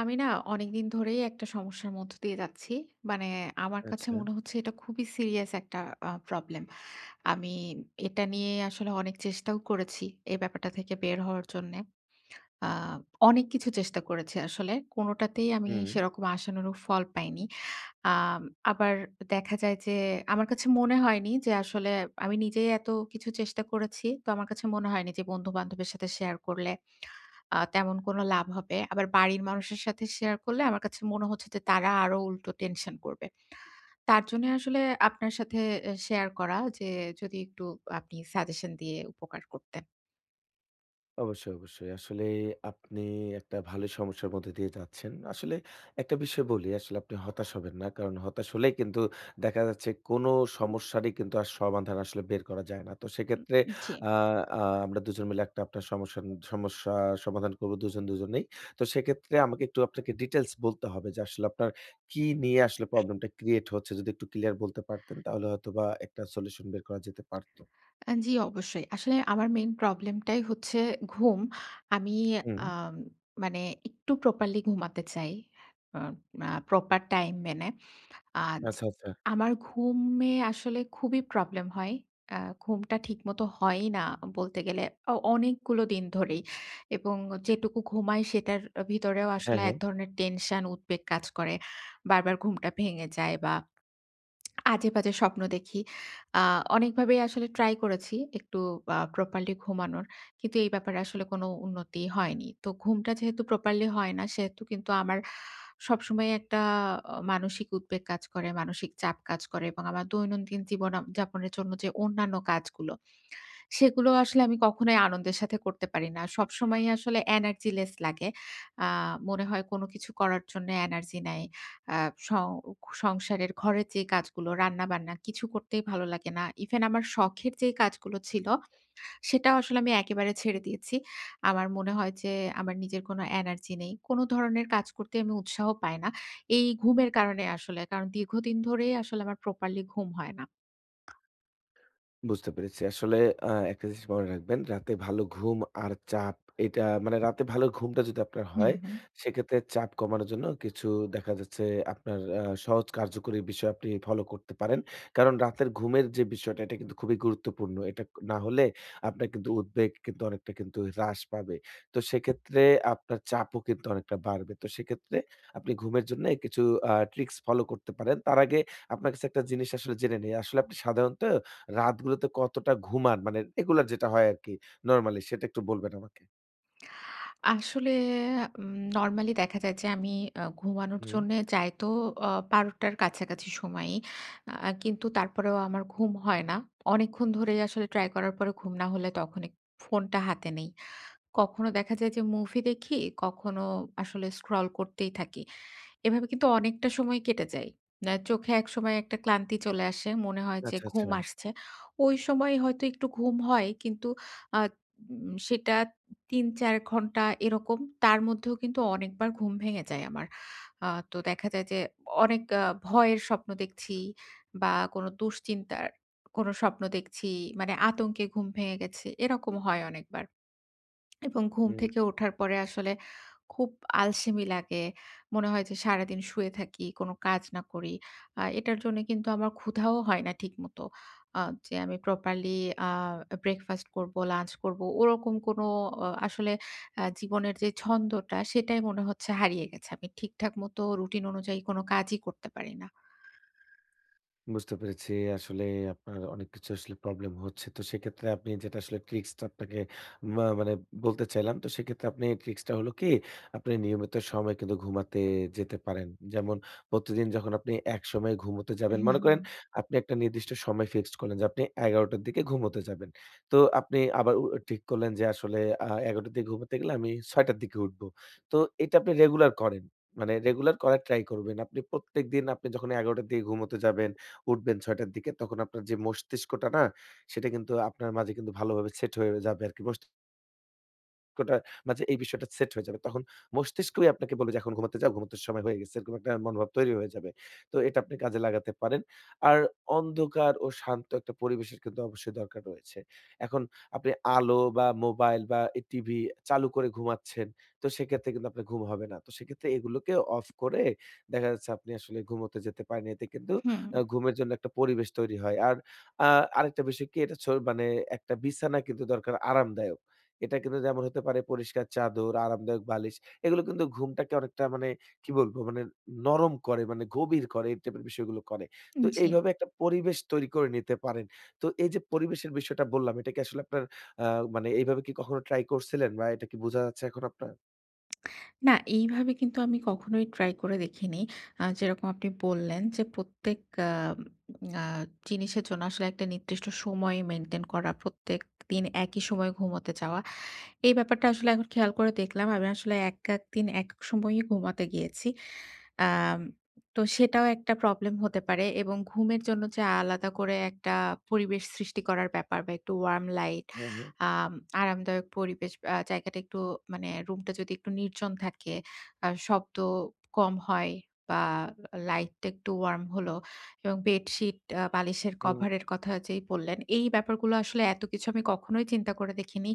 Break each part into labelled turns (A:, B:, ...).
A: আমি না অনেকদিন ধরেই একটা সমস্যার মধ্য দিয়ে যাচ্ছি। মানে আমার কাছে
B: আচ্ছা।
A: মনে হচ্ছে এটা খুবই সিরিয়াস একটা প্রবলেম। আমি এটা নিয়ে আসলে অনেক চেষ্টাও করেছি এই ব্যাপারটা থেকে বের হওয়ার জন্যে। আ অনেক কিছু চেষ্টা করেছি আসলে। কোনোটাতেই আমি
B: হুম।
A: সেরকম আশানুরূপ ফল পাইনি। আম আবার দেখা যায় যে আমার কাছে মনে হয়নি যে আসলে আমি নিজেই এত কিছু চেষ্টা করেছি। তো আমার কাছে মনে হয়নি যে বন্ধু-বান্ধবের সাথে শেয়ার করলে তেমন কোনো লাভ হবে। আবার বাড়ির মানুষের সাথে শেয়ার করলে আমার কাছে মনে হচ্ছে যে তারা আরো উল্টো টেনশন করবে। তার জন্য আসলে আপনার সাথে শেয়ার করা যে যদি একটু আপনি সাজেশন দিয়ে উপকার করতেন।
B: অবশ্যই, অবশ্যই। আসলে আপনি একটা ভালো সমস্যার মধ্যে দিয়ে যাচ্ছেন। আসলে একটা বিষয় বলি, আসলে আপনি হতাশ হবেন না। কারণ হতাশ হলেই কিন্তু দেখা যাচ্ছে কোনো সমস্যারই কিন্তু আর সমাধান আসলে বের করা যায় না। তো
A: উম
B: সেক্ষেত্রে
A: জি।
B: আ আ আমরা দুজন মিলে একটা আপনার সমস্যা সমাধান করব দুজন, দুজনেই। তো সেক্ষেত্রে আমাকে একটু আপনাকে ডিটেইলস বলতে হবে যে আসলে আপনার কি নিয়ে আসলে প্রবলেমটা ক্রিয়েট হচ্ছে? যদি একটু ক্লিয়ার বলতে পারতেন তাহলে হয়তোবা একটা সলিউশন বের করা যেতে পারত।
A: জি অবশ্যই। আসলে আমার মেইন প্রবলেম টাই হচ্ছে ঘুম। আমি
B: হুম।
A: আম মানে একটু প্রপারলি ঘুমাতে চাই। আ আ প্রপার টাইম মেনে। আজ
B: আচ্ছা, আচ্ছা।
A: আমার ঘুমে আসলে খুবই প্রবলেম হয়। আ ঘুমটা ঠিকমতো হয়ই না বলতে গেলে অনেকগুলো দিন ধরেই এবং যেটুকু ঘুমাই সেটার ভিতরেও আসলে
B: হ্যাঁ,
A: এক
B: হ্যাঁ।
A: ধরনের টেনশন, উদ্বেগ কাজ করে। বারবার ঘুমটা ভেঙে যায় বা আজে-বাজে স্বপ্ন দেখি। আ অনেকভাবেই আসলে ট্রাই করেছি একটু প্রপারলি ঘুমানোর। কিন্তু এই ব্যাপারে আসলে কোনো উন্নতি হয়নি। তো ঘুমটা যেহেতু প্রপারলি হয় না, সেহেতু কিন্তু আমার সবসময় একটা মানসিক উদ্বেগ কাজ করে, মানসিক চাপ কাজ করে এবং আমার দৈনন্দিন জীবন যাপনের জন্য যে অন্যান্য কাজগুলো সেগুলো আসলে আমি কখনোই আনন্দের সাথে করতে পারি না। সবসময়ই আসলে এনার্জি লেস লাগে। আ মনে হয় কোনো কিছু করার জন্য এনার্জি নাই। আ সং সংসারের ঘরের যে কাজগুলো, রান্না-বান্না কিছু করতেই ভালো লাগে না। ইভেন আমার শখের যেই কাজগুলো ছিল, সেটাও আসলে আমি একেবারে ছেড়ে দিয়েছি। আমার মনে হয় যে আমার নিজের কোনো এনার্জি নেই। কোনো ধরনের কাজ করতে আমি উৎসাহ পাই না। এই ঘুমের কারণে আসলে। কারণ দীর্ঘদিন ধরেই আসলে আমার প্রপারলি ঘুম হয় না।
B: বুঝতে পেরেছি। আসলে একটা জিনিস মনে রাখবেন, রাতে ভালো ঘুম আর চাপ এটা মানে রাতে ভালো ঘুমটা যদি আপনার
A: হুম,
B: হয়,
A: হুম।
B: সেক্ষেত্রে চাপ কমানোর জন্য কিছু দেখা যাচ্ছে আপনার সহজ কার্যকরী বিষয় আপনি ফলো করতে পারেন। কারণ রাতের ঘুমের যে বিষয়টা এটা কিন্তু খুবই গুরুত্বপূর্ণ। এটা না হলে আপনার কিন্তু উদ্বেগ কিন্তু অনেকটা কিন্তু হ্রাস পাবে। তো সেক্ষেত্রে আপনার চাপও কিন্তু অনেকটা বাড়বে। তো সেক্ষেত্রে আপনি ঘুমের জন্য কিছু ট্রিকস ফলো করতে পারেন। তার আগে আপনার কাছে একটা জিনিস আসলে জেনে নেই। আসলে আপনি সাধারণত রাতগুলোতে কতটা ঘুমান? মানে রেগুলার যেটা হয় আরকি নরমালি সেটা একটু বলবেন আমাকে?
A: আসলে নরমালি দেখা যায় যে আমি ঘুমানোর
B: হুম।
A: জন্যে যাই তো ১২:০০ র কাছাকাছি সময়ই। কিন্তু তারপরেও আমার ঘুম হয় না। অনেকক্ষণ ধরেই আসলে ট্রাই করার পরে ঘুম না হলে তখন এক ফোনটা হাতে নেই। কখনো দেখা যায় যে মুভি দেখি, কখনো আসলে স্ক্রল করতেই থাকি। এভাবে কিন্তু অনেকটা সময় কেটে যায়। না চোখে একসময় একটা ক্লান্তি চলে আসে। মনে হয় যে
B: আচ্ছা, আচ্ছা।
A: ঘুম আসছে। ওই সময় হয়তো একটু ঘুম হয় কিন্তু আ উম সেটা ৩-৪ ঘন্টা এরকম। তার মধ্যেও কিন্তু অনেকবার ঘুম ভেঙে যায় আমার। তো দেখা যায় যে অনেক ভয়ের স্বপ্ন দেখছি বা কোনো দুশ্চিন্তার কোনো স্বপ্ন দেখছি। মানে আতঙ্কে ঘুম ভেঙে গেছে। এরকম হয় অনেকবার। এবং ঘুম
B: হু।
A: থেকে ওঠার পরে আসলে খুব আলসেমি লাগে। মনে হয় যে সারাদিন শুয়ে থাকি, কোনো কাজ না করি। এটার জন্য কিন্তু আমার ক্ষুধাও হয় না ঠিকমতো। আ যে আমি প্রপারলি আ ব্রেকফাস্ট করব, লাঞ্চ করব ওরকম কোনো আসলে জীবনের যে ছন্দটা সেটাই মনে হচ্ছে হারিয়ে গেছে। আমি ঠিকঠাক মতো রুটিন অনুযায়ী কোনো কাজই করতে পারি না।
B: বুঝতে পেরেছি। আসলে আপনার অনেক কিছু আসলে প্রবলেম হচ্ছে। তো সেক্ষেত্রে আপনি যেটা আসলে ট্রিক্সটা আপনাকে মানে বলতে চাইলাম। তো সেক্ষেত্রে আপনি ট্রিক্সটা হলো কি, আপনি নিয়মিত সময় কিন্তু ঘুমাতে যেতে পারেন। যেমন প্রতিদিন যখন আপনি এক সময় ঘুমোতে যাবেন,
A: হুম,
B: মনে করেন
A: হুম।
B: আপনি একটা নির্দিষ্ট সময় ফিক্সড করলেন যে আপনি ১১ঃ০০ টার দিকে ঘুমোতে যাবেন। তো আপনি আবার ঠিক করলেন যে আসলে ১১ঃ০০ টার দিকে ঘুমোতে গেলে আমি ৬ঃ০০ টার দিকে উঠবো। তো এটা আপনি রেগুলার করেন। মানে রেগুলার করার ট্রাই করবেন। আপনি প্রত্যেকদিন আপনি যখন ১১ঃ০০ টার দিকে ঘুমোতে যাবেন উঠবেন ৬ঃ০০ র দিকে। তখন আপনার যে মস্তিষ্কটা না, সেটা কিন্তু আপনার মাঝে কিন্তু ভালোভাবে সেট হয়ে যাবে আরকি। কোটার মাঝে এই বিষয়টা সেট হয়ে যাবে। তখন মস্তিষ্কই আপনাকে বলবে যে, "এখন ঘুমাতে যাও, ঘুমাতে সময় হয়ে গেছে।" এরকম একটা মনোভাব তৈরি হয়ে যাবে। তো এটা আপনি কাজে লাগাতে পারেন। আর অন্ধকার ও শান্ত একটা পরিবেশের কিন্তু অবশ্যই দরকার রয়েছে। এখন আপনি আলো বা মোবাইল বা টিভি চালু করে ঘুমাচ্ছেন, তো সেক্ষেত্রে কিন্তু আপনার ঘুম হবে না। তো সেক্ষেত্রে এগুলোকে অফ করে দেখা যাচ্ছে আপনি আসলে ঘুমোতে যেতে পারেন। এতে কিন্তু ঘুমের জন্য একটা পরিবেশ তৈরি হয়। আর আ আরেকটা বিষয় কি এটা মানে একটা বিছানা কিন্তু দরকার আরামদায়ক। এটা কিন্তু যেমন হতে পারে পরিষ্কার চাদর, আরামদায়ক বালিশ। এগুলো কিন্তু ঘুমটাকে অনেকটা মানে কি বলবো? মানে নরম করে, মানে গভীর করে এই টাইপের বিষয়গুলো করে। তো
A: হুম, জি।
B: এইভাবে একটা পরিবেশ তৈরি করে নিতে পারেন। তো এই যে পরিবেশের বিষয়টা বললাম, এটা কি আসলে আপনার আ মানে এইভাবে কি কখনো ট্রাই করছিলেন বা এটা কি বোঝা যাচ্ছে এখন আপনার?
A: না, এইভাবে কিন্তু আমি কখনোই ট্রাই করে দেখিনি।
B: হুম।
A: যেরকম আপনি বললেন যে প্রত্যেক আ আ জিনিসের জন্য আসলে একটা নির্দিষ্ট সময় মেইনটেইন করা, প্রত্যেকদিন একই সময়ে ঘুমোতে যাওয়া। এই ব্যাপারটা আসলে এখন খেয়াল করে দেখলাম। আমি আসলে এক, এক দিন এক, এক সময়েই ঘুমাতে গিয়েছি। আম তো সেটাও একটা প্রবলেম হতে পারে এবং ঘুমের জন্য যে আলাদা করে একটা পরিবেশ সৃষ্টি করার ব্যাপার বা একটু ওয়ার্ম লাইট,
B: হ্যাঁ, হ্যাঁ।
A: আম আরামদায়ক পরিবেশ জায়গাটা একটু মানে রুমটা যদি একটু নির্জন থাকে, শব্দ কম হয় বা লাইটটা একটু ওয়ার্ম হলো এবং বেডশিট বালিশের
B: হুম।
A: কভারের কথা যেই বললেন, এই ব্যাপারগুলো আসলে এত কিছু আমি কখনোই চিন্তা করে দেখিনি।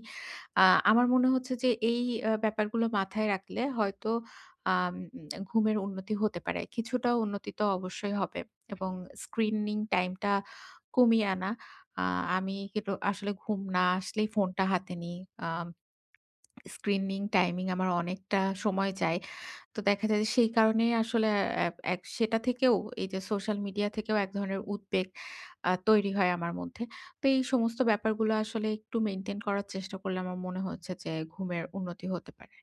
A: আ আমার মনে হচ্ছে যে এই ব্যাপারগুলো মাথায় রাখলে হয়তো আম ঘুমের উন্নতি হতে পারে। কিছুটা উন্নতি তো অবশ্যই হবে এবং স্ক্রিনিং টাইমটা কমিয়ে আনা। আ আমি কিন্তু আসলে ঘুম না আসলেই ফোনটা হাতে নিই। আম স্ক্রিনিং টাইমিং আমার অনেকটা সময় যায়। তো দেখা যায় যে সেই কারণেই আসলে অ্যা এক সেটা থেকেও এই যে সোশ্যাল মিডিয়া থেকেও এক ধরনের উদ্বেগ তৈরি হয় আমার মধ্যে। তো এই সমস্ত ব্যাপারগুলো আসলে একটু মেইনটেইন করার চেষ্টা করলে আমার মনে হচ্ছে যে ঘুমের উন্নতি হতে পারে।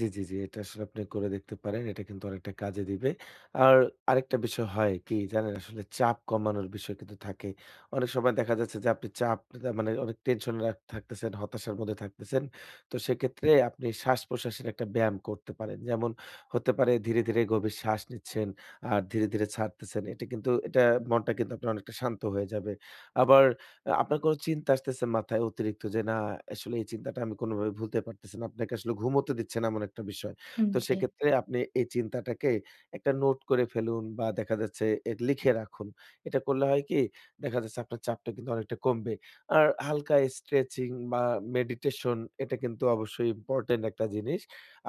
B: জি, জি, জি। এটা আসলে আপনি করে দেখতে পারেন। এটা কিন্তু অনেকটা কাজে দিবে। আর আরেকটা বিষয় হয় কি জানেন? আসলে চাপ কমানোর বিষয় কিন্তু থাকে। অনেক সময় দেখা যাচ্ছে যে আপনি চাপ মানে অনেক টেনশনে থাকতেছেন, হতাশার মধ্যে থাকতেছেন। তো সেক্ষেত্রে আপনি শ্বাস-প্রশ্বাসের একটা ব্যায়াম করতে পারেন। যেমন হতে পারে ধীরে, ধীরে গভীর শ্বাস নিচ্ছেন আর ধীরে, ধীরে ছাড়তেছেন। এটা মনটা কিন্তু আপনার অনেকটা শান্ত হয়ে যাবে। আবার আপনার কোনো চিন্তা আসতেছে মাথায় অতিরিক্ত যে, "না, আসলে এই চিন্তাটা আমি কোনোভাবে ভুলতে পারতেছি না।" আপনাকে আসলে ঘুমোতে দিচ্ছে না এমন একটা বিষয়।
A: উম
B: তো
A: জি।
B: সেক্ষেত্রে আপনি এই চিন্তাটাকে একটা নোট করে ফেলুন বা দেখা যাচ্ছে লিখে রাখুন। এটা করলে হয় কি? দেখা যাচ্ছে আপনার চাপটা কিন্তু অনেকটা কমবে। আর হালকা স্ট্রেচিং বা মেডিটেশন এটা কিন্তু অবশ্যই ইম্পোর্টেন্ট একটা জিনিস।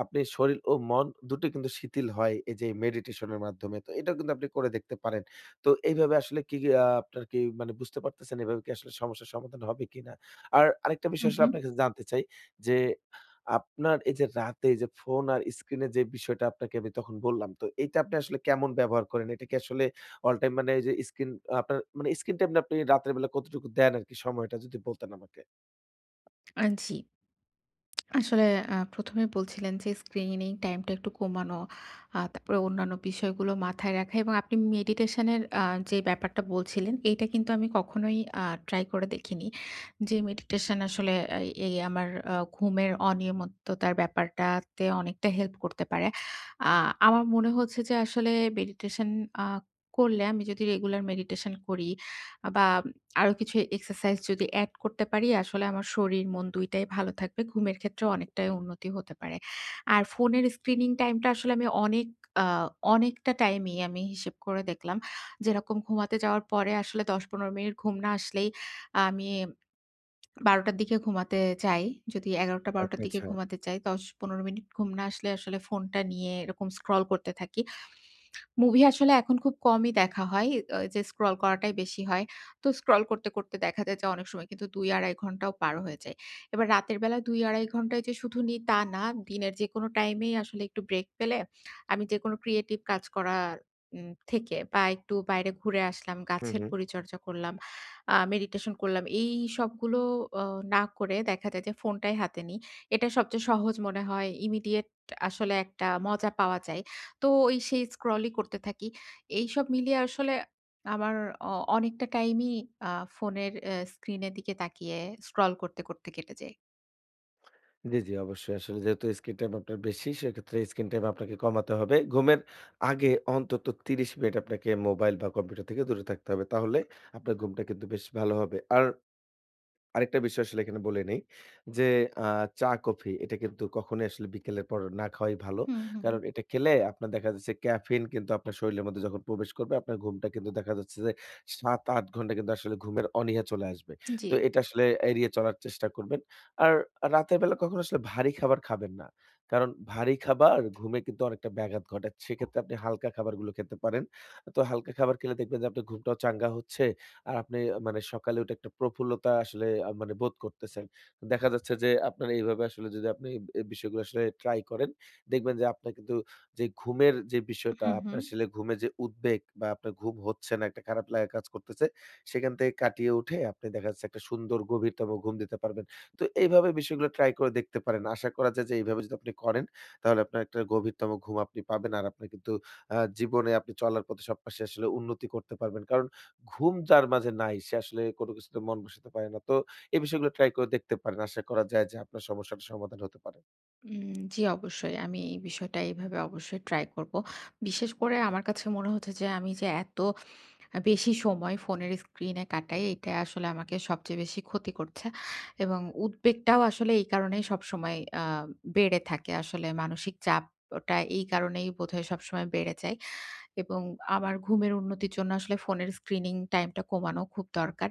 B: আপনি শরীর ও মন দুটোই কিন্তু শিথিল হয় এই যে মেডিটেশনের মাধ্যমে। তো এটাও কিন্তু আপনি করে দেখতে পারেন। তো এইভাবে আসলে কি আপনার কি মানে বুঝতে পারতেছেন এভাবে কি আসলে সমস্যার সমাধান হবে কিনা? আর আরেকটা
A: হু,
B: বিষয় আসলে
A: হু।
B: আপনার কাছে জানতে চাই যে, আপনার এই যে রাতে যে ফোন আর স্ক্রিনে যে বিষয়টা আপনাকে আমি তখন বললাম, তো এইটা আপনি আসলে কেমন ব্যবহার করেন? এটা কি আসলে অল টাইম মানে এই যে স্ক্রিন আপনার মানে স্ক্রিন টাইম আপনি রাতের বেলা কতটুকু দেন আরকি সময়টা যদি বলতেন আমাকে?
A: জি। আসলে ১ম এ বলছিলেন যে স্ক্রিনিং টাইমটা একটু কমানো, তারপরে অন্যান্য বিষয়গুলো মাথায় রাখা এবং আপনি মেডিটেশন এর যে ব্যাপারটা বলছিলেন, এইটা কিন্তু আমি কখনোই ট্রাই করে দেখিনি। যে মেডিটেশন আসলে এই এই আমার ঘুমের অনিয়মিততার ব্যাপারটাতে অনেকটা হেল্প করতে পারে। আ আমার মনে হচ্ছে যে আসলে মেডিটেশন আ করলে আমি যদি রেগুলার মেডিটেশন করি বা আরো কিছু এক্সারসাইজ যদি এড করতে পারি, আসলে আমার শরীর মন ২ টাই ভালো থাকবে। ঘুমের ক্ষেত্রেও অনেকটাই উন্নতি হতে পারে। আর ফোনের স্ক্রিনিং টাইমটা আসলে আমি অনেক আ অনেকটা টাইমই আমি হিসেব করে দেখলাম। যেরকম ঘুমাতে যাওয়ার পরে আসলে ১০-১৫ মিনিট ঘুম না আসলেই আমি ১২ টার দিকে ঘুমাতে চাই। যদি ১১ টা ১২
B: আচ্ছা,
A: টার দিকে
B: আচ্ছা।
A: ঘুমাতে চাই, ১০-১৫ মিনিট ঘুম না আসলে আসলে ফোনটা নিয়ে এরকম স্ক্রল করতে থাকি। মুভি আসলে এখন খুব কমই দেখা হয়। যে স্ক্রল করাটাই বেশি হয়। তো স্ক্রল করতে, করতে দেখা যায় যে অনেক সময় কিন্তু ২-২.৫ ঘন্টাও পার হয়ে যায়। এবার রাতের বেলা ২-২.৫ ঘন্টায় যে শুধু নিই তা না। দিনের যেকোনো টাইমেই আসলে একটু ব্রেক পেলে আমি যেকোনো ক্রিয়েটিভ কাজ করা থেকে বা একটু বাইরে ঘুরে আসলাম,
B: হু,
A: গাছের
B: হু।
A: পরিচর্যা করলাম, মেডিটেশন করলাম। এই সবগুলো অ না করে দেখা যায় যে ফোনটাই হাতে নিই। এটা সবচেয়ে সহজ মনে হয়। ইমিডিয়েট আসলে একটা মজা পাওয়া যায়। তো ওই সেই স্ক্রলই করতে থাকি। এইসব মিলিয়ে আসলে আমার অ অনেকটা টাইমই আ ফোনের স্ক্রিনের দিকে তাকিয়ে স্ক্রল করতে, করতে কেটে যায়।
B: জি, জি, অবশ্যই। আসলে যেহেতু স্ক্রিন টাইম আপনার বেশি, সেক্ষেত্রে স্ক্রিন টাইম আপনাকে কমাতে হবে। ঘুমের আগে অন্তত 30 মিনিট আপনাকে মোবাইল বা কম্পিউটার থেকে দূরে থাকতে হবে। তাহলে আপনার ঘুমটা কিন্তু বেশ ভালো হবে। আর আরেকটা বিষয় আসলে এখানে বলে নেই যে, আ চা-কফি এটা কিন্তু কখনোই আসলে বিকেলের পর না খাওয়াই ভালো।
A: হুম, হুম।
B: কারণ এটা খেলে আপনার দেখা যাচ্ছে ক্যাফেইন কিন্তু আপনার শরীরের মধ্যে যখন প্রবেশ করবে, আপনার ঘুমটা কিন্তু দেখা যাচ্ছে যে ৭-৮ ঘন্টা কিন্তু আসলে ঘুমের অনীহা চলে আসবে।
A: জি।
B: তো এটা আসলে এড়িয়ে চলার চেষ্টা করবেন। আর রাতের বেলা কখনো আসলে ভারী খাবার খাবেন না। কারণ ভারী খাবার ঘুমে কিন্তু অনেকটা ব্যাঘাত ঘটায়। সেক্ষেত্রে আপনি হালকা খাবারগুলো খেতে পারেন। তো হালকা খাবার খেলে দেখবেন যে আপনার ঘুমটাও চাঙ্গা হচ্ছে। আর আপনি মানে সকালে উঠে একটা প্রফুল্লতা আসলে মানে বোধ করতেছেন। দেখা যাচ্ছে যে আপনার এইভাবে আসলে যদি আপনি এই বিষয়গুলো আসলে ট্রাই করেন, দেখবেন যে আপনার কিন্তু যে ঘুমের যে বিষয়টা,
A: হুম,
B: আপনার
A: হুম।
B: আসলে ঘুমে যে উদ্বেগ বা আপনার ঘুম হচ্ছে না, একটা খারাপ লাগা কাজ করতেছে, সেখান থেকে কাটিয়ে উঠে আপনি দেখা যাচ্ছে একটা সুন্দর গভীরতম ঘুম দিতে পারবেন। তো এইভাবে বিষয়গুলো ট্রাই করে দেখতে পারেন। আশা করা যায় যে এইভাবে যদি আপনি করেন, তাহলে আপনার একটা গভীরতম ঘুম আপনি পাবেন। আর আপনার কিন্তু জীবনে আপনি চলার পথে সব পাশে আসলে উন্নতি করতে পারবেন। কারণ ঘুম যার মাঝে নাই সে আসলে কোনো কিছুতে মন বসাতে পারে না। তো এই বিষয়গুলো ট্রাই করে দেখতে পারেন। আশা করা যায় যে আপনার সমস্যাটার সমাধান হতে পারে।
A: জি, অবশ্যই। আমি এই বিষয়টা এইভাবে অবশ্যই ট্রাই করব। বিশেষ করে আমার কাছে মনে হচ্ছে যে আমি যে এত বেশি সময় ফোনের স্ক্রিনে কাটাই। এটা আসলে আমাকে সবচেয়ে বেশি ক্ষতি করছে এবং উদ্বেগটাও আসলে এই কারণেই সবসময় বেড়ে থাকে। আসলে মানসিক চাপ ওটা এই কারণেই বোধহয় সবসময় বেড়ে যায় এবং আমার ঘুমের উন্নতির জন্য আসলে ফোনের স্ক্রিনিং টাইমটা কমানো খুব দরকার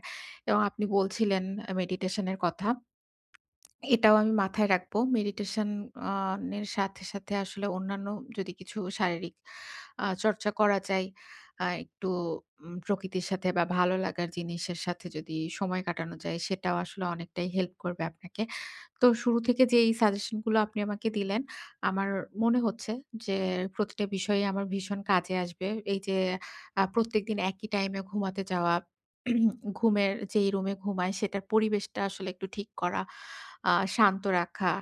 A: এবং আপনি বলছিলেন মেডিটেশন এর কথা। এটাও আমি মাথায় রাখবো। মেডিটেশন আ এর সাথে, সাথে আসলে অন্যান্য যদি কিছু শারীরিক চর্চা করা যায়, একটু প্রকৃতির সাথে বা ভালো লাগার জিনিসের সাথে যদি সময় কাটানো যায়, সেটাও আসলে অনেকটাই হেল্প করবে আপনাকে। তো শুরু থেকে যে এই সাজেশন গুলো আপনি আমাকে দিলেন, আমার মনে হচ্ছে যে প্রতিটা বিষয়ে আমার ভীষণ কাজে আসবে। এই যে প্রত্যেকদিন একই টাইমে ঘুমাতে যাওয়া, ঘুমের যেই রুমে ঘুমাই সেটার পরিবেশটা আসলে একটু ঠিক করা। শান্ত রাখা,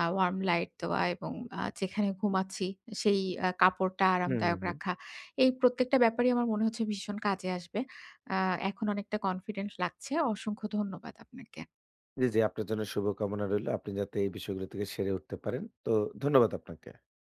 A: ওয়ার্ম লাইট দেওয়া এবং যেখানে ঘুমাচ্ছি সেই কাপড়টা
B: হুম, হুম,
A: আরামদায়ক
B: হুম।
A: রাখা। এই প্রত্যেকটা ব্যাপারই আমার মনে হচ্ছে ভীষণ কাজে আসবে। আ এখন অনেকটা কনফিডেন্ট লাগছে। অসংখ্য ধন্যবাদ আপনাকে।
B: জি, জি আপনার জন্য শুভকামনা রইলো। আপনি যাতে এই বিষয়গুলো থেকে সেরে উঠতে পারেন। তো ধন্যবাদ আপনাকে।